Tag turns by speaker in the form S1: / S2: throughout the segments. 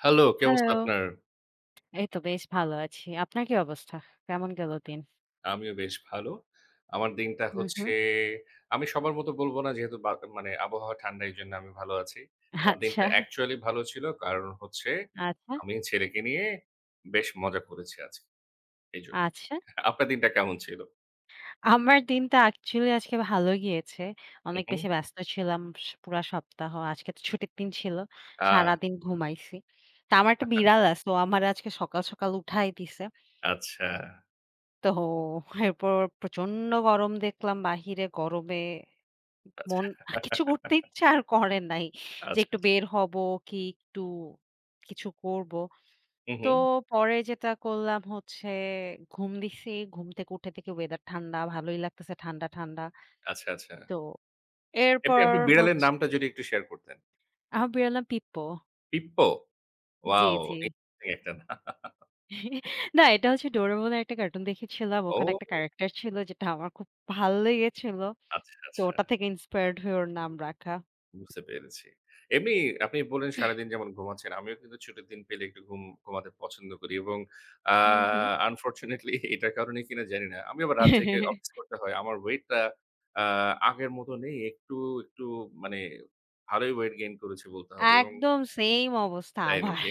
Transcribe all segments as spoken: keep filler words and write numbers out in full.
S1: Hello, কি অবস্থা
S2: hello.
S1: আপনার?
S2: এই তো বেশ ভালো আছি। আপনার কি অবস্থা? কেমন গেল দিন?
S1: আমিও বেশ ভালো। আমার দিনটা
S2: হুম,
S1: হচ্ছে
S2: হুম।
S1: আমি সবার মতো বলব না যেহেতু বা মানে আবহাওয়া ঠান্ডা এইজন্য আমি ভালো আছি। আমার দিনটা
S2: আচ্ছা,
S1: অ্যাকচুয়ালি ভালো ছিল। কারণ হচ্ছে
S2: আচ্ছা,
S1: আমি ছেলেকে নিয়ে বেশ মজা করেছি আজকে। এইজন্য।
S2: আচ্ছা।
S1: আপনার দিনটা কেমন ছিল?
S2: আমার দিনটা অ্যাকচুয়ালি আজকে ভালো গিয়েছে।
S1: হু,
S2: অনেক
S1: হু।
S2: বেশি ব্যস্ত ছিলাম স পুরা সপ্তাহ। আজকে তো ছুটির দিন ছিল।
S1: আ
S2: সারাদিন ঘুমাইছি। তো আমার একটা বিড়াল আছে। ও আমারে আজকে সকাল, সকাল উঠায় দিছে।
S1: আচ্ছা,
S2: তো এরপর প্রচন্ড গরম দেখলাম বাহিরে। গরমে
S1: আচ্ছা,
S2: মন কিছু করতে ইচ্ছা আর করে নাই। যে
S1: আচ্ছা,
S2: একটু
S1: আচ্ছা।
S2: বের হব কি একটু কিছু করব।
S1: হু,
S2: তো
S1: হু।
S2: পরে যেটা করলাম হচ্ছে ঘুম দিছি। ঘুম থেকে উঠে দেখি ওয়েদার ঠান্ডা, ভালোই লাগতেছে ঠান্ডা, ঠান্ডা।
S1: আচ্ছা, আচ্ছা।
S2: তো
S1: এমনি
S2: এরপর
S1: আপনি বিড়ালের
S2: হচ্ছে
S1: নামটা যদি একটু শেয়ার করতেন।
S2: আবার বেরোলাম পিপ্পো।
S1: পিপ্পো?
S2: জি,
S1: ওয়াও!
S2: জি।
S1: ইন্টারেস্টিং একটা নাম।
S2: না এটা হচ্ছে ডোরেমনের একটা কার্টুন দেখেছিলাম।
S1: ও
S2: ওখানে একটা ক্যারাক্টার ছিল যেটা আমার খুব ভাল লেগেছিল।
S1: আচ্ছা,
S2: তো
S1: আচ্ছা।
S2: ওটা থেকে ইন্সপায়ার্ড হয়ে ওর নাম রাখা।
S1: বুঝতে পেরেছি। এমনি আপনি বললেন সারাদিন যেমন ঘুমাচ্ছেন, আমিও কিন্তু ছুটির দিন পেলে একটু ঘুম ঘুমাতে পছন্দ করি এবং আ
S2: হুম, হুম।
S1: আনফরচুনেটলি এটার কারণে কিনা জানি না। আমি আবার রাত জেগে অফিস করতে হয়। আমার ওয়েটটা আ আগের মতো নেই। একটু, একটু মানে ভালোই ওয়েট গেইন করেছি বলতে হবে এবং
S2: একদম সেইম অবস্থা
S1: তাই
S2: আমার।
S1: নাকি?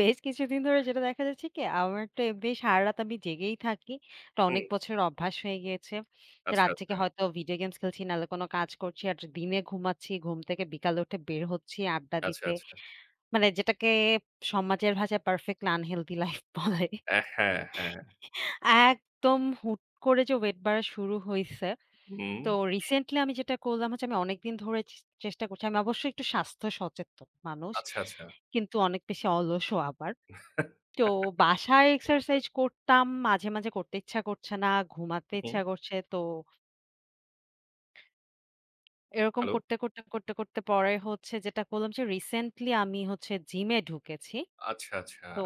S2: বেশ কিছুদিন ধরে যেটা দেখা যাচ্ছে কি, আমার তো এমনি সারারাত আমি জেগেই থাকি। এটা
S1: হুম,
S2: অনেক বছরের অভ্যাস হয়ে গিয়েছে। তো
S1: আচ্ছা,
S2: রাত জেগে
S1: আচ্ছা,
S2: হয়তো ভিডিও গেমস খেলছি, নাহলে কোনো কাজ করছি। আর দিনে ঘুমাচ্ছি, ঘুম থেকে বিকালে উঠে বের হচ্ছি আড্ডা
S1: আচ্ছা,
S2: দিতে।
S1: আচ্ছা।
S2: মানে যেটাকে সমাজের ভাষায় পারফেক্টলি আনহেলথি লাইফ বলে।
S1: অ্যা হ্যাঁ, হ্যাঁ।
S2: একদম হুট করে যে ওয়েট বাড়া শুরু হইছে।
S1: হুম,
S2: তো রিসেন্টলি আমি যেটা করলাম হচ্ছে আমি অনেকদিন ধরে চে চেষ্টা করছি। আমি অবশ্যই একটু স্বাস্থ্য সচেতন মানুষ।
S1: আচ্ছা, আচ্ছা।
S2: কিন্তু অনেক বেশি অলসও আবার। তো বাসায় এক্সারসাইজ করতাম। মাঝে, মাঝে করতে ইচ্ছা করছে না, ঘুমাতে
S1: হুম,
S2: ইচ্ছা করছে। তো এরকম
S1: হ্যালো?
S2: করতে, করতে, করতে, করতে পরে হচ্ছে যেটা করলাম যে রিসেন্টলি আমি হচ্ছে জিমে ঢুকেছি।
S1: আচ্ছা, আচ্ছা,
S2: তো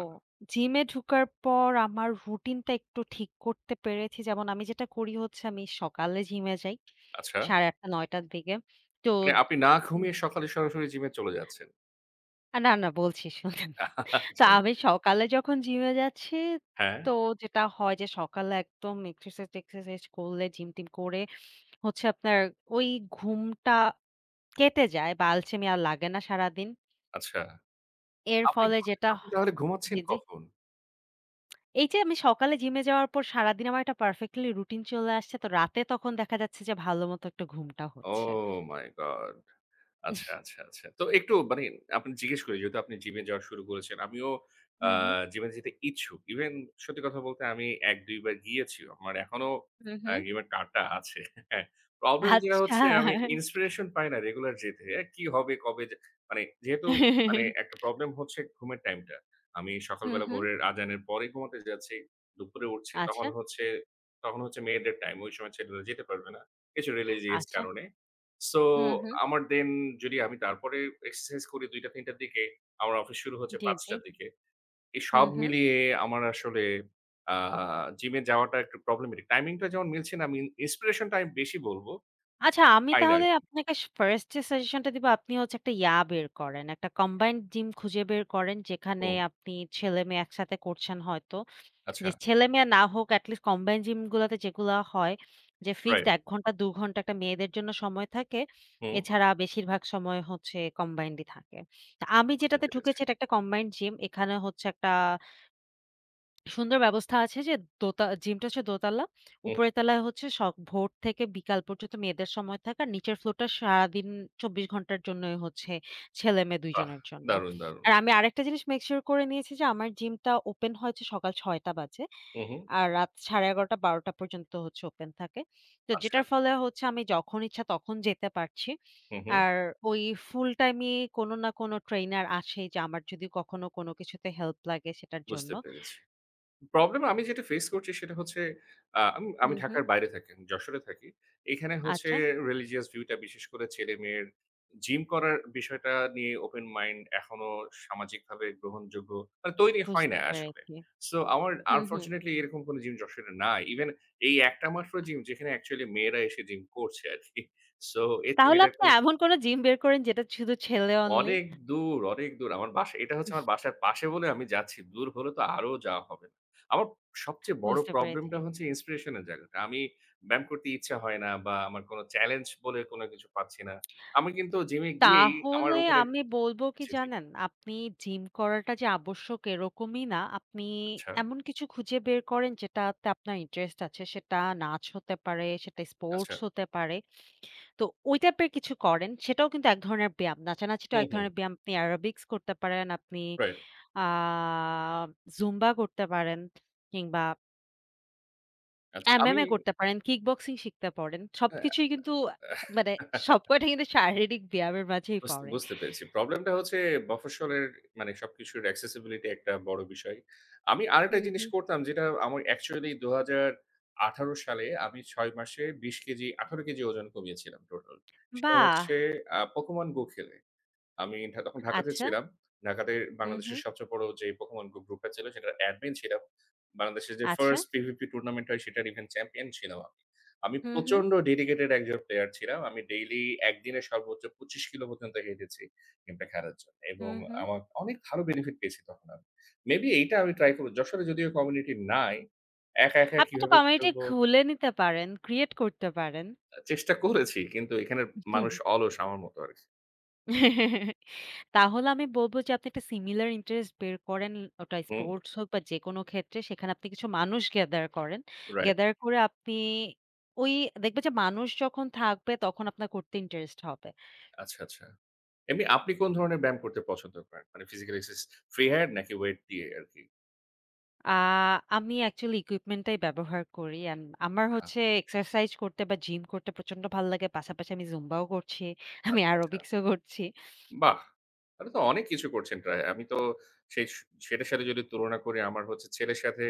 S2: জিমে ঢুকার পর আমার রুটিনটা একটু ঠিক করতে পেরেছি। যেমন আমি যেটা করি হচ্ছে আমি সকালে জিমে যাই।
S1: আচ্ছা।
S2: আটটা ত্রিশ নয়টা র দিকে। তো
S1: মানে আপনি না ঘুমিয়ে সকালে সরাসরি জিমে চলে যাচ্ছেন।
S2: আ না, না বলছি শুনেন। তো আমি
S1: চমৎকার।
S2: সকালে যখন জিমে যাচ্ছি
S1: হ্যাঁ,
S2: তো যেটা হয় যে সকালে একদম এক্সারসাইজ-টেক্সারসাইজ করলে জিম-টিম করে হচ্ছে আপনার ওই ঘুমটা কেটে যায় বা আলসেমি আর লাগে না সারাদিন।
S1: আচ্ছা।
S2: এর
S1: আপনি
S2: ফলে যেটা
S1: আপনি
S2: হ-
S1: তাহলে ঘুমাচ্ছেন
S2: জি, জি।
S1: কখন?
S2: এই যে আমি সকালে জিমে যাওয়ার পর সারাদিন আমার একটা পারফেক্টলি রুটিন চলে আসছে। তো রাতে তখন দেখা যাচ্ছে যে ভালোমতো একটা ঘুমটা হচ্ছে।
S1: Oh my god! আচ্ছা, আচ্ছা, আচ্ছা। তো একটু মানে আপনি জিজ্ঞেস করি যেহেতু আপনি জিমে যাওয়া শুরু করেছেন। আমিও আ
S2: হুম, হুম,
S1: জিমে যেতে ইচ্ছুক। ইভেন সত্যি কথা বলতে আমি এক দুই বার গিয়েছিও। আমার এখনো
S2: হুম,
S1: আ
S2: হুম।
S1: জিমের কার্ডটা আছে। হ্যাঁ? প্রবলেম যেটা
S2: আচ্ছা।
S1: হচ্ছে আমি ইন্সপিরেশন পাই না রেগুলার যেতে। এ কি হবে? কবে যে মানে যেহেতু মানে একটা প্রবলেম হচ্ছে ঘুমের টাইমটা। আমি
S2: হুম,
S1: সকালবেলা
S2: হুম।
S1: ভোরের আজানের পরে ঘুমাতে যাচ্ছি। দুপুরে উঠছি
S2: আচ্ছা,
S1: তখন হচ্ছে তখন হচ্ছে মেয়েদের টাইম। ওই সময় ছেলেরা যেতে পারবে না। কিছু রিলিজিয়াস
S2: আচ্ছা।
S1: কারণে। সো
S2: হুম, হুম।
S1: আমার দেন যদি আমি তারপরে এক্সারসাইজ করি দুইটা থেকে তিনটা র দিকে, আমার অফিস শুরু হচ্ছে
S2: জি, জি।
S1: পাঁচটা র দিকে। এই
S2: হুম,
S1: সব
S2: হুম।
S1: মিলিয়ে আমার আসলে আ জিমে যাওয়াটা একটু প্রবলেমেটিক। টাইমিংটা যেমন মিলছে না, আমি ইন্সপিরেশন টা আমি বেশি বলবো,
S2: আচ্ছা, আমি
S1: পাই না
S2: তাহলে
S1: আরকি।
S2: আপনাকে স ফার্স্ট যে সাজেশনটা দিব, আপনি হচ্ছে একটা ইয়া বের করেন। একটা কম্বাইন্ড জিম খুঁজে বের করেন, যেখানে
S1: হুম,
S2: আপনি ছেলে-মেয়ে একসাথে করছেন হয়তো।
S1: আচ্ছা,
S2: যে ছেলে-মেয়ে না হোক এটলিস্ট কম্বাইন্ড জিমগুলাতে যেগুলা হয়, যে ফিক্সড
S1: রাইট।
S2: এক ঘন্টা দুই ঘন্টা একটা মেয়েদের জন্য সময় থাকে।
S1: হুম,
S2: এছাড়া বেশিরভাগ সময় হচ্ছে কম্বাইন্ডই থাকে। তা আমি
S1: বুঝতে
S2: যেটাতে
S1: পেরেছি।
S2: ঢুকেছি এটা একটা কম্বাইন্ড জিম। এখানে হচ্ছে একটা সুন্দর ব্যবস্থা আছে যে দোতা জিমটা হচ্ছে দোতলা।
S1: হুম,
S2: উপরের তলায় হচ্ছে স ভোর থেকে বিকাল পর্যন্ত মেয়েদের সময় থাকে। আর নিচের ফ্লোরটা সারাদিন চব্বিশ ঘন্টার জন্যই হচ্ছে ছেলে-মেয়ে দুই
S1: বাহ!
S2: জনের জন্য।
S1: দারুণ, দারুণ।
S2: আর আমি আরেকটা জিনিস মেক সিউর করে নিয়েছি যে আমার জিমটা ওপেন হয়েছে সকাল ছয়টা টা বাজে।
S1: হু, হু,
S2: আর রাত এগারোটা ত্রিশ বারোটা পর্যন্ত হচ্ছে ওপেন থাকে। তো
S1: আচ্ছা।
S2: যেটার ফলে হচ্ছে আমি যখন ইচ্ছা তখন যেতে পারছি।
S1: হু, হু,
S2: আর ওই ফুল টাইমই কোনো না কোনো ট্রেইনার আসেই যে আমার যদি কখনো কোনো কিছুতে হেল্প লাগে সেটার জন্য।
S1: বুঝতে পেরেছি। প্রবলেম আমি যেটা ফেস করছি সেটা হচ্ছে আ আমি
S2: হু,
S1: আমি
S2: হু।
S1: ঢাকার বাইরে থাকি। আমি যশোরে থাকি। এখানে হচ্ছে
S2: আচ্ছা,
S1: রিলিজিয়াস ভিউটা বিশেষ করে ছেলেমেয়ের জিম করার বিষয়টা নিয়ে ওপেন মাইন্ড এখনো সামাজিকভাবে গ্রহণযোগ্য মানে তৈরি হয়
S2: বুঝতে
S1: না আসলে।
S2: পেরেছি।
S1: সো আমার
S2: হুম, হুম।
S1: আনফরচুনেটলি এরকম কোনো জিম যশোরে নাই। ইভেন এই একটা মাত্র জিম যেখানে অ্যাকচুয়ালি মেয়েরা এসে জিম করছে আরকি। সো এতে
S2: তাহলে
S1: মেয়েদের
S2: আপনি এমন কোন জিম বের করেন যেটা শুধু ছেলে অনলি?
S1: অনেক দূর, অনেক দূর। আমার বাসা এটা হচ্ছে আমার বাসার পাশে বলে আমি যাচ্ছি। দূর হলে তো আরো যাওয়া হবে না। আমার সবচেয়ে বড়
S2: বুঝতে পেরেছি।
S1: প্রবলেমটা হচ্ছে ইন্সপিরেশন এর জায়গাটা। আমি ব্যায়াম করতে ইচ্ছা হয় না বা আমার কোনো চ্যালেঞ্জ বলে কোনো কিছু পাচ্ছি না। আমি কিন্তু জিমে গিয়েই আমার
S2: তাহলে
S1: ওখানে
S2: আমি বলব কি
S1: জি, জি।
S2: জানেন? আপনি জিম করাটা যে আবশ্যক এরকমই না। আপনি
S1: আচ্ছা,
S2: এমন কিছু খুঁজে বের করেন যেটাতে আপনার ইন্টারেস্ট আছে। সেটা নাচ হতে পারে, সেটা
S1: আচ্ছা।
S2: স্পোর্টস হতে পারে। তো ওই টাইপের কিছু করেন। সেটাও কিন্তু এক ধরনের ব্যায়াম। নাচানাচিটাও
S1: হুম,
S2: এক
S1: হুম।
S2: ধরনের ব্যায়াম। আপনি অ্যারোবিক্স করতে পারেন, আপনি
S1: রাইট।
S2: আ জুম্বা করতে পারেন কিংবা
S1: আচ্ছা। আমি
S2: M M A করতে পারেন, কিক বক্সিং শিখতে পারেন। সবকিছুই কিন্তু মানে
S1: হ্যাঁ।
S2: সবকটা কিন্তু শারীরিক ব্যায়ামের মাঝেই
S1: বুঝতে
S2: পড়ে।
S1: বুঝতে পেরেছি। প্রবলেমটা হচ্ছে মফস্বলের মানে সবকিছুর accessibility একটা বড় বিষয়। আমি আরেকটা
S2: হুম,
S1: জিনিস
S2: হুম।
S1: করতাম যেটা আমার অ্যাকচুয়ালি দুই হাজার আঠারো সালে আমি ছয় মাসে বিশ কেজি আঠারো কেজি ওজন কমিয়েছিলাম টোটাল। সেটা হচ্ছে
S2: বাহ!
S1: আ Pokemon Go খেলে। আমি ঢা তখন ঢাকাতে
S2: আচ্ছা।
S1: ছিলাম। ঢাকাতে
S2: হুম,
S1: বাংলাদেশের
S2: হুম।
S1: সবচেয়ে বড় যে Pokemon Go গ্রুপটা ছিল সেটার অ্যাডমিন ছিলাম। বাংলাদেশের যে
S2: আচ্ছা।
S1: First P V P tournament হয় সেটার ইভেন চ্যাম্পিয়ন ছিলাম আমি। আমি
S2: হুম, হুম।
S1: প্রচন্ড ডেডিকেটেড একজন প্লেয়ার ছিলাম। আমি ডেইলি একদিনে সর্বোচ্চ পঁচিশ কিলো পর্যন্ত হেঁটেছি গেমটা খেলার জন্য এবং
S2: হুম, হুম।
S1: আমার অনেক ভালো বেনিফিট পেয়েছি তখন আমি। মেবি এইটা আমি ট্রাই করব। যশোরে যদিও কমিউনিটি নাই। একা, একা
S2: আপনি একটা
S1: কিভাবে
S2: কমিউনিটি
S1: খেলবো
S2: খুলে নিতে পারেন, ক্রিয়েট করতে পারেন।
S1: চেষ্টা করেছি কিন্তু এখানের
S2: হুম।
S1: মানুষ অলস আমার মতো আরকি।
S2: তাহলে আমি বলব যে আপনি একটা সিমিলার ইন্টারেস্ট বের করেন। ওটা
S1: হুম,
S2: স্পোর্টস হোক বা যেকোনো ক্ষেত্রে সেখানে আপনি কিছু মানুষ গ্যাদার করেন।
S1: রাইট।
S2: গ্যাদার করে আপনি ওই দেখবেন যে মানুষ যখন থাকবে তখন আপনার করতে ইন্টারেস্ট হবে।
S1: আচ্ছা, আচ্ছা। এমনি আপনি কোন ধরনের ব্যায়াম করতে পছন্দ করেন? মানে ফিজিক্যাল এক্সারসাইজ ফ্রি হ্যান্ড নাকি ওয়েট দিয়ে আরকি?
S2: আ আমি অ্যাকচুয়ালি ইকুইপমেন্টটাই ব্যবহার করি। অ্যান্ড আমার
S1: আ
S2: হচ্ছে এক্সারসাইজ করতে বা জিম করতে প্রচন্ড ভাল লাগে। পাশাপাশি আমি জুম্বাও করছি। আমি
S1: আচ্ছা, আচ্ছা।
S2: অ্যারোবিক্সও করছি।
S1: বাহ! তাহলে তো অনেক কিছু করছেন প্রায়। আমি তো সেই স সেটার সাথে যদি তুলনা করি আমার হচ্ছে ছেলের সাথে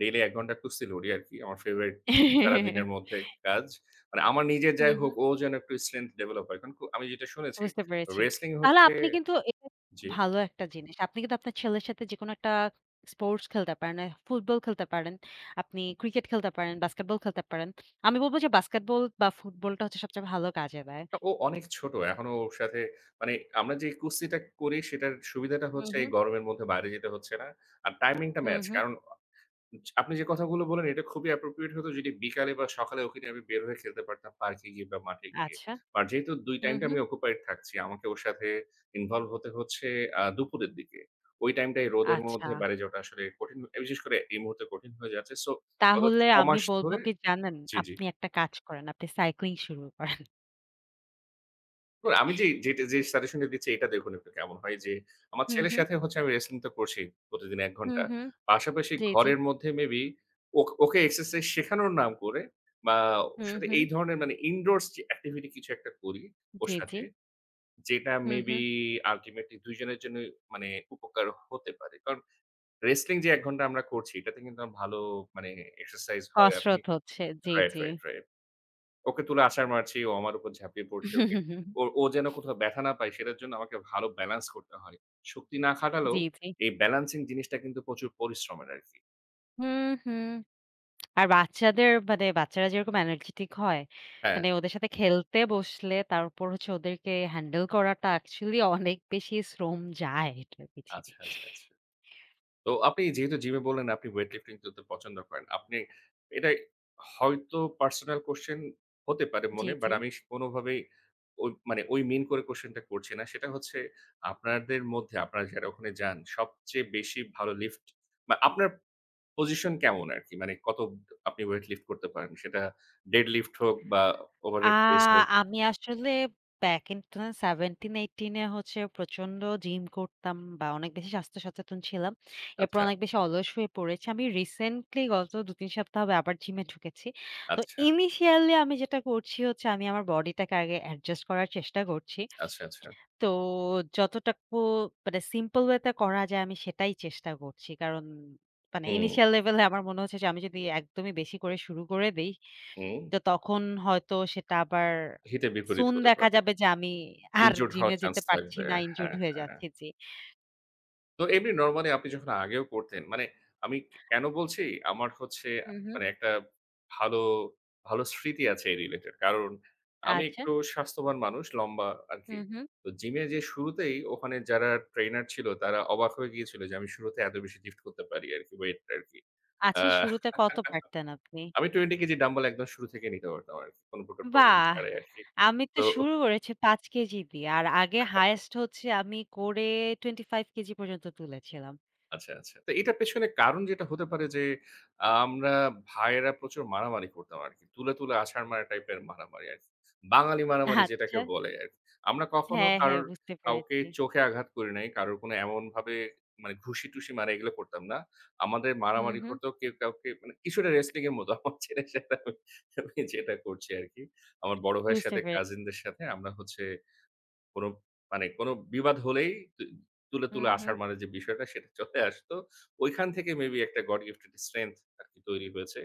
S1: ডেইলি এক ঘন্টা কুস্তি লড়ি আরকি। আমার ফেভারিট সারাদিনের মধ্যে কাজ। মানে আমার নিজের
S2: হুম,
S1: যাই হোক
S2: হুম।
S1: ও যেন একটু স্ট্রেংথ ডেভেলপ হয়। কারণ কু আমি যেটা শুনেছি
S2: বুঝতে পেরেছি।
S1: wrestling
S2: তাহলে
S1: হচ্ছে
S2: আপনি কিন্তু এটা খুব
S1: জি।
S2: ভালো একটা জিনিস। আপনি কিন্তু আপনার ছেলের সাথে যেকোনো একটা স্পোর্টস খেলতে পারেন। অ্যা ফুটবল খেলতে পারেন। আপনি ক্রিকেট খেলতে পারেন, বাস্কেটবল খেলতে পারেন। আমি বলব যে বাস্কেটবল বা ফুটবলটা হচ্ছে সবচেয়ে ভালো কাজে দেয়।
S1: আ ও অনেক ছোট। এখনো ওর সাথে মানে আমরা যে কুস্তিটা করি সেটার সুবিধাটা
S2: হুম,
S1: হচ্ছে এই
S2: হুম।
S1: গরমের মধ্যে বাইরে যেতে হচ্ছে না। আর টাইমিংটা
S2: হুম,
S1: ম্যাচ।
S2: হুম।
S1: কারণ আপনি যে কথাগুলো বললেন এটা খুবই appropriate হতো যদি বিকালে বা সকালে ওকে নিয়ে আমি বের হয়ে খেলতে পারতাম পার্কে গিয়ে বা মাঠে গিয়ে।
S2: আচ্ছা।
S1: বাট যেহেতু দুই
S2: হুম,
S1: টাইমটা
S2: হুম।
S1: আমি occupied থাকছি, আমাকে ওর সাথে involve হতে হচ্ছে আ দুপুরের দিকে। ওই টাইমটায় রোদের
S2: আচ্ছা।
S1: মধ্যে বাইরে যাওয়াটা আসলে কঠিন বিশেষ করে এই মুহূর্তে কঠিন হয়ে যাচ্ছে। সো গত
S2: তাহলে
S1: ছয়
S2: আমি
S1: মাস
S2: বলব
S1: ধরে
S2: কি জানেন?
S1: জি, জি।
S2: আপনি একটা কাজ করেন। আপনি সাইক্লিং শুরু করেন।
S1: না, আমি যে যেটা যে সাজেশনটা দিচ্ছি এটা দেখুন একটু কেমন হয় যে, আমার
S2: হুম,
S1: ছেলের
S2: হুম।
S1: সাথে হচ্ছে আমি wrestling তো করছি প্রতিদিন এক
S2: হুম,
S1: ঘন্টা।
S2: হুম।
S1: পাশাপাশি
S2: জি, জি।
S1: ঘরের মধ্যে মেবি ওক ওকে এক্সারসাইজ শেখানোর নাম করে বা ওর
S2: হুম,
S1: সাথে
S2: হুম।
S1: এই ধরনের মানে indoors যে activity কিছু একটা করি ওর
S2: জি, জি।
S1: সাথে, যেটা
S2: হুম,
S1: মেবি
S2: হুম।
S1: আল্টিমেটলি দুই জনের জন্যই মানে উপকার হতে পারে। কারণ wrestling যে এক ঘন্টা আমরা করছি এটাতে কিন্তু আমার ভালো মানে এক্সারসাইজ হয়। আমি
S2: কসরত হচ্ছে। জি,
S1: রাইট,
S2: জি।
S1: Right, right. ওকে তুলে আছাড় মারছি, ও আমার উপর ঝাঁপিয়ে পড়ছে। ওকে ওর ও যেন কোথাও ব্যথা না পায় সেটার জন্য আমাকে ভালো ব্যালেন্স করতে হয়। শক্তি না খাটালেও
S2: জি, জি।
S1: এই ব্যালেন্সিং জিনিসটা কিন্তু প্রচুর পরিশ্রমের আরকি।
S2: হুম, হুম। আর বাচ্চাদের মানে বাচ্চারা যেরকম এনার্জেটিক হয়,
S1: হ্যাঁ,
S2: মানে ওদের সাথে খেলতে বসলে তার উপর হচ্ছে ওদেরকে হ্যান্ডেল করাটা অ্যাকচুয়ালি অনেক বেশি শ্রম যায় এটার পিছনে।
S1: আচ্ছা, আচ্ছা, আচ্ছা। তো আপনি যেহেতু জিমে বললেন আপনি ওয়েট লিফটিং করতে পছন্দ করেন। আপনি এটা হয়তো পার্সোনাল কোয়েশ্চেন হতে পারে
S2: জি,
S1: মনে
S2: জি।
S1: বাট আমি কোনোভাবেই ওই মানে ওই মিন করে কোয়েশ্চেনটা করছি না। সেটা হচ্ছে আপনাদের মধ্যে আপনারা যারা ওখানে যান সবচেয়ে বেশি ভালো লিফট বা আপনার পজিশন কেমন আরকি? মানে কত আপনি ওয়েট লিফট করতে পারেন? সেটা ডেড লিফট হোক বা
S2: আ
S1: ওভারহেড প্রেস হোক।
S2: আমি আসলে back in twenty seventeen-eighteen এ হচ্ছে প্রচন্ড জিম করতাম বা অনেক বেশি স্বাস্থ্য সচেতন ছিলাম। এরপর
S1: আচ্ছা,
S2: অনেক বেশি অলস হয়ে পড়েছি। আমি রিসেন্টলি গত দুই তিন সপ্তাহ হবে আবার জিমে ঢুকেছি। তো
S1: আচ্ছা,
S2: ইনিশিয়ালি আমি যেটা করছি হচ্ছে আমি আমার বডিটাকে আগে অ্যাডজাস্ট করার চেষ্টা করছি।
S1: আচ্ছা, আচ্ছা।
S2: তো যতটুকু মানে সিম্পল ওয়েতে করা যায় আমি সেটাই চেষ্টা করছি। কারণ মানে
S1: হুম,
S2: ইনিশিয়াল লেভেলে আমার মনে হচ্ছে যে আমি যদি একদমই বেশি করে শুরু করে দেই
S1: হুম।
S2: তো তখন হয়তো সেটা আবার
S1: হিতে বিপরীত
S2: সুন
S1: হতে
S2: দেখা
S1: পারে।
S2: যাবে যে আমি আর
S1: ইনজুরড হওয়ার
S2: জিমে
S1: চান্স
S2: যেতে পারছি
S1: থাকবে।
S2: না, ইনজিউরড
S1: হ্যাঁ,
S2: হয়ে
S1: হ্যাঁ।
S2: যাচ্ছি। জি।
S1: তো এমনি নরমালি আপনি যখন আগেও করতেন, মানে আমি কেন বলছি? আমার হচ্ছে
S2: হুম, হুম।
S1: মানে একটা ভালো, ভালো স্মৃতি আছে এই রিলেটেড। কারণ আমি
S2: আচ্ছা।
S1: একটু স্বাস্থ্যবান মানুষ, লম্বা আরকি।
S2: হুম, হুম।
S1: তো জিমে যে শুরুতেই ওখানে যারা ট্রেইনার ছিল তারা অবাক হয়ে গিয়েছিল যে আমি শুরুতে এত বেশি লিফট করতে পারি আরকি ওয়েটটা আরকি। আ
S2: আচ্ছা শুরুতে কত পারতেন আপনি?
S1: আমি বিশ কেজি ডাম্বেল একদম শুরু থেকে নিতে পারতাম আরকি। কোন প্রকার প্রবলেম
S2: বাহ!
S1: ছাড়াই আরকি।
S2: আমি তো
S1: তো
S2: শুরু করেছি পাঁচ কেজি দিয়ে। আর আগে হাইয়েস্ট হচ্ছে আমি করে পঁচিশ কেজি পর্যন্ত তুলেছিলাম।
S1: আচ্ছা, আচ্ছা। তো এটার পেছনে কারণ যেটা হতে পারে যে, আহ, আমরা ভাইয়েরা প্রচুর মারামারি করতাম আরকি। তুলে, তুলে আছাড় মারা টাইপের মারামারি আরকি। বাঙালি মারামারি যেটাকে
S2: আচ্ছা।
S1: বলে আরকি। আমরা কখনো
S2: হ্যাঁ, হ্যাঁ
S1: কারোর
S2: বুঝতে
S1: কাউকে
S2: পেরেছি।
S1: চোখে আঘাত করি নাই। কারোর কোনো এমনভাবে মানে ঘুষি-টুসি মারা এগুলো করতাম না। আমাদের
S2: হুম,
S1: মারামারি
S2: হুম।
S1: করতো কেউ কাউকে মানে কিছুটা wrestling এর মতো আমার ছেলের সাথে আমি আমি যেটা করছি আরকি। আমার বড় ভাইয়ের
S2: বুঝতে
S1: সাথে
S2: পেরেছি।
S1: কাজিনদের সাথে আমরা হচ্ছে কোনো মানে কোনো বিবাদ হলেই তু তুলে, তুলে
S2: হুম, হুম।
S1: আসার মানে যে বিষয়টা সেটা চলে আসতো। ওইখান থেকে মেবি একটা গড গিফটেড স্ট্রেংথ আরকি তৈরি হয়েছে।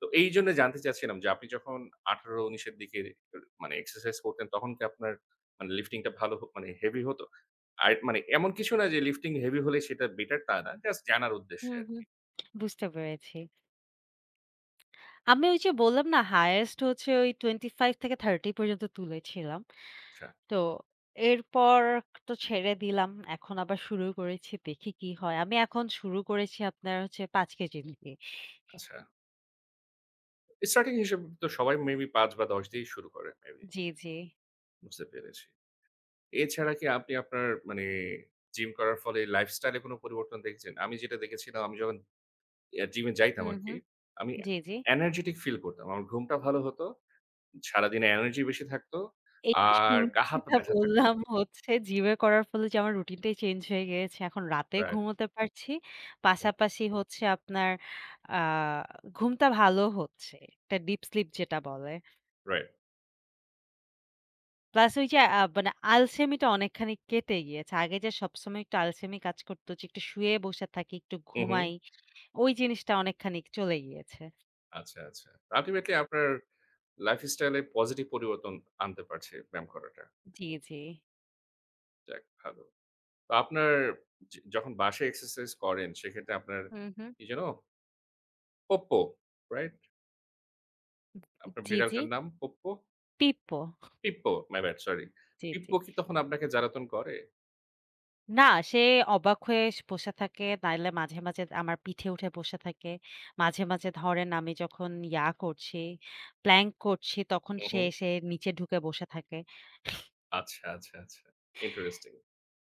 S1: তো এইজন্য জানতে চাচ্ছিলাম যে আপনি যখন আঠারো উনিশ এর দিকে এ মানে এক্সারসাইজ করতেন তখন কি আপনার মানে লিফটিং টা ভালো হ মানে হেভি হতো? আর মানে এমন কিছু না যে লিফটিং হেভি হলে সেটা বেটার তা না। জাস্ট জানার উদ্দেশ্যে
S2: হুম, হুম।
S1: আরকি।
S2: বুঝতে পেরেছি। আমি ওই যে বললাম না হাইয়েস্ট হচ্ছে ওই পঁচিশ থেকে ত্রিশ পর্যন্ত তুলেছিলাম।
S1: আচ্ছা,
S2: তো এরপর তো ছেড়ে দিলাম। এখন আবার শুরু করেছি। দেখি কি হয়। আমি এখন শুরু করেছি আপনার হচ্ছে পাঁচ কেজি দিয়ে।
S1: আচ্ছা। স্টার্টিং হিসেবে তো সবাই মেবি পাঁচ বা দশ দিয়েই শুরু করে মেবি।
S2: জি, জি।
S1: বুঝতে পেরেছি। এছাড়া কি আপনি আপনার মানে জিম করার ফলে লাইফস্টাইলে কোনো পরিবর্তন দেখেছেন? আমি যেটা দেখেছিলাম আমি যখন অ্যা জিমে যাইতাম
S2: হুম,
S1: আরকি,
S2: হুম।
S1: আমি
S2: জি, জি।
S1: এনার্জেটিক ফিল করতাম। আমার ঘুমটা ভালো হতো, সারাদিনে এনার্জি বেশি থাকতো,
S2: এই যে
S1: আর
S2: শুরুতে
S1: গা হাত পা
S2: যেটা
S1: ব্যথা থাকতো।
S2: বললাম হচ্ছে জিমে করার ফলে যে আমার রুটিনটাই চেঞ্জ হয়ে গিয়েছে। এখন রাতে
S1: রাইট,
S2: ঘুমোতে পারছি।
S1: হুম,
S2: পাশাপাশি হচ্ছে আপনার আ ঘুমটা ভালো হচ্ছে। একটা ডিপ স্লিপ যেটা বলে।
S1: রাইট।
S2: প্লাস ওই যে আ মানে আলসেমিটা অনেকখানি কেটে গিয়েছে। আগে যে সবসময় একটু আলসেমি কাজ করত যে একটু শুয়ে বসে থাকি, একটু
S1: হু, হু।
S2: ঘুমাই, ওই জিনিসটা অনেকখানি চলে গিয়েছে।
S1: আচ্ছা, আচ্ছা। আল্টিমেটলি আপনার লাইফস্টাইলে পজিটিভ পরিবর্তন আনতে পারছে ব্যায়াম করাটা।
S2: জি, জি।
S1: যাক ভালো। তো আপনার য যখন বাসায় এক্সারসাইজ করেন সেক্ষেত্রে আপনার
S2: হুম, হুম।
S1: কি যেন? Poppo, right? আপনার
S2: জি, জি।
S1: বিড়ালটার নাম Poppo?
S2: Pippo.
S1: Pippo, my bad sorry.
S2: জি, জি।
S1: পিপ্পো কি তখন আপনাকে জ্বালাতন করে?
S2: না সে অবাক হয়ে স বসে থাকে, নাইলে মাঝে, মাঝে আমার পিঠে উঠে বসে থাকে। মাঝে, মাঝে ধরেন আমি যখন ইয়া করছি, প্ল্যাংক করছি তখন
S1: হু,
S2: সে
S1: হু।
S2: এসে নিচে ঢুকে বসে থাকে।
S1: আচ্ছা, আচ্ছা, আচ্ছা। ইন্টারেস্টিং।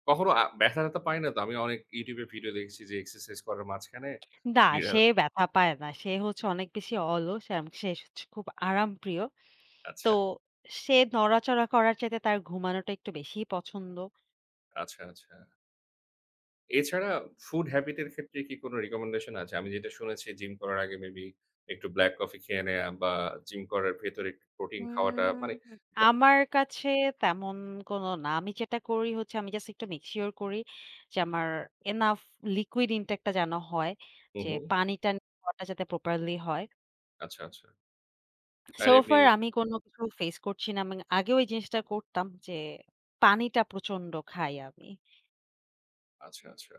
S1: কখনো আ ব্যথা-ট্যাথা পায় না তো? আমি অনেক YouTube এ ভিডিও দেখেছি যে এক্সারসাইজ করার মাঝখানে
S2: না
S1: বিড়াল
S2: সে ব্যথা পায় না। সে হচ্ছে অনেক বেশি অলস এবং সে হচ্ছে খুব আরামপ্রিয়। তো
S1: আচ্ছা,
S2: সে নড়াচড়া করার চাইতে তার ঘুমানোটা একটু বেশিই পছন্দ।
S1: আচ্ছা, আচ্ছা। এছাড়া ফুড হ্যাবিট এর ক্ষেত্রে কি কোনো রিকমেন্ডেশন আছে? আমি যেটা শুনেছি জিম করার আগে মেবি একটু ব্লাক কফি খেয়ে নেয়া বা জিম করার ভেতরে একটু প্রোটিন খাওয়াটা
S2: হুম।
S1: মানে
S2: আমার কাছে তেমন কোনো না। আমি যেটা করি হচ্ছে আমি জাস্ট একটু মেক সিওর করি যে আমার এনাফ লিকুইড ইনটেক টা যেন হয়।
S1: হুম,
S2: যে
S1: হুম।
S2: পানিটা খাওয়াটা যাতে প্রপারলি হয়।
S1: আচ্ছা, আচ্ছা। আর
S2: সো
S1: এমনি
S2: ফার আমি কোনো কিছু ফেস করছি না। আমি আগেও এই জিনিসটা করতাম যে পানিটা প্রচন্ড খাই আমি।
S1: আচ্ছা, আচ্ছা।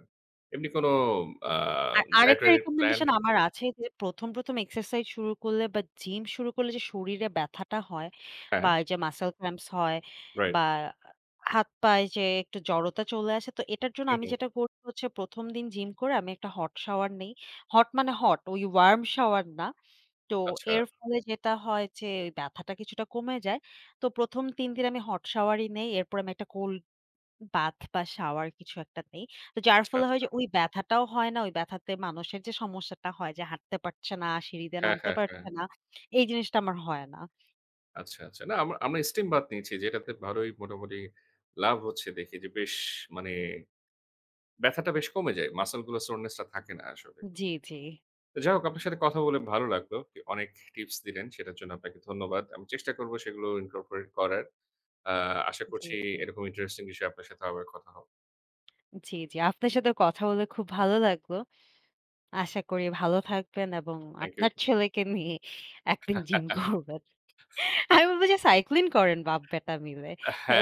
S1: এমনি কোনো আ
S2: আর আরেকটা
S1: dietary plan
S2: রিকমেন্ডেশন আমার আছে যে ১ম, ১ম এক্সারসাইজ শুরু করলে বা জিম শুরু করলে যে শরীরে ব্যথাটা হয়
S1: হ্যাঁ,
S2: বা এই যে মাসল ক্র্যাম্পস হয়
S1: রাইট।
S2: বা হাত পায়ে যে একটু জড়তা চলে আসে। তো এটার জন্য
S1: হুম,
S2: আমি
S1: হুম।
S2: যেটা করি হচ্ছে ১ম দিন জিম করে আমি একটা হট শাওয়ার নেই। হট মানে হট ওই ওয়ার্ম শাওয়ার না। তো
S1: আচ্ছা,
S2: এর ফলে যেটা হয় যে ওই ব্যথাটা কিছুটা কমে যায়। তো ১ম তিন দিন আমি হট শাওয়ারই নেই। এরপর আমি একটা কোল্ড বাথ বা শাওয়ার কিছু একটা নেই। তো যার
S1: আচ্ছা,
S2: ফলে
S1: আচ্ছা।
S2: হয় যে ওই ব্যথাটাও হয় না। ওই ব্যথাতে মানুষের যে সমস্যাটা হয় যে হাঁটতে পারছে না, সিঁড়ি দিয়ে
S1: হ্যাঁ,
S2: নামতে
S1: হ্যাঁ, হ্যাঁ।
S2: পারছে না, এই জিনিসটা আমার হয় না।
S1: আচ্ছা, আচ্ছা। না আমরা আমরা স্টিম বাথ নিয়েছি যেটাতে ভালোই মোটামুটি লাভ হচ্ছে দেখি যে বেশ মানে ব্যথাটা বেশ কমে যায়। মাসল গুলো সোরনেস টা থাকে না আসলে।
S2: জি, জি,
S1: তো যাই হোক আপনার সাথে কথা বলে ভালো লাগলো। অনেক টিপস দিলেন সেটার জন্য আপনাকে ধন্যবাদ। আমি চেষ্টা করব সেগুলো incorporate করার। আ আশা
S2: জি,
S1: করছি
S2: জি,
S1: এরকম ইন্টারেস্টিং বিষয়ে আপনার সাথে আবার কথা হবে।
S2: জি, জি। আপনার সাথে কথা বলে খুব ভালো লাগলো। আশা করি ভালো থাকবেন এবং
S1: থ্যাংক ইউ।
S2: আপনার ছেলেকে নিয়ে একদিন জিম করবেন। আমি বলব যে সাইক্লিং করেন বাপ-বেটা মিলে।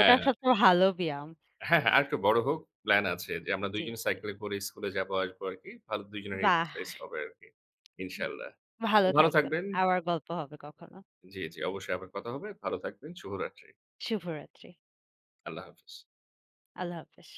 S2: ওটা সবচেয়ে ভালো ব্যায়াম।
S1: হ্যাঁ, হ্যাঁ, আরেকটু বড় হোক প্ল্যান আছে যে আমরা দুই
S2: জি,
S1: জন
S2: জি।
S1: সাইকেলে করে স্কুলে যাবো আসবো আরকি। ভালো দুই জনের
S2: বাহ!
S1: এক্সারসাইজ হবে আরকি।
S2: হুম,
S1: ইনশাআল্লাহ। তো
S2: ভালো
S1: ভালো
S2: থাকবেন।
S1: থাকবেন।
S2: আবার গল্প হবে কখনো।
S1: জি, জি। অবশ্যই আবার কথা হবে। ভালো থাকবেন। শুভরাত্রি।
S2: শুভরাত্রি।
S1: আল্লাহ হাফেজ।
S2: আল্লাহ হাফেজ।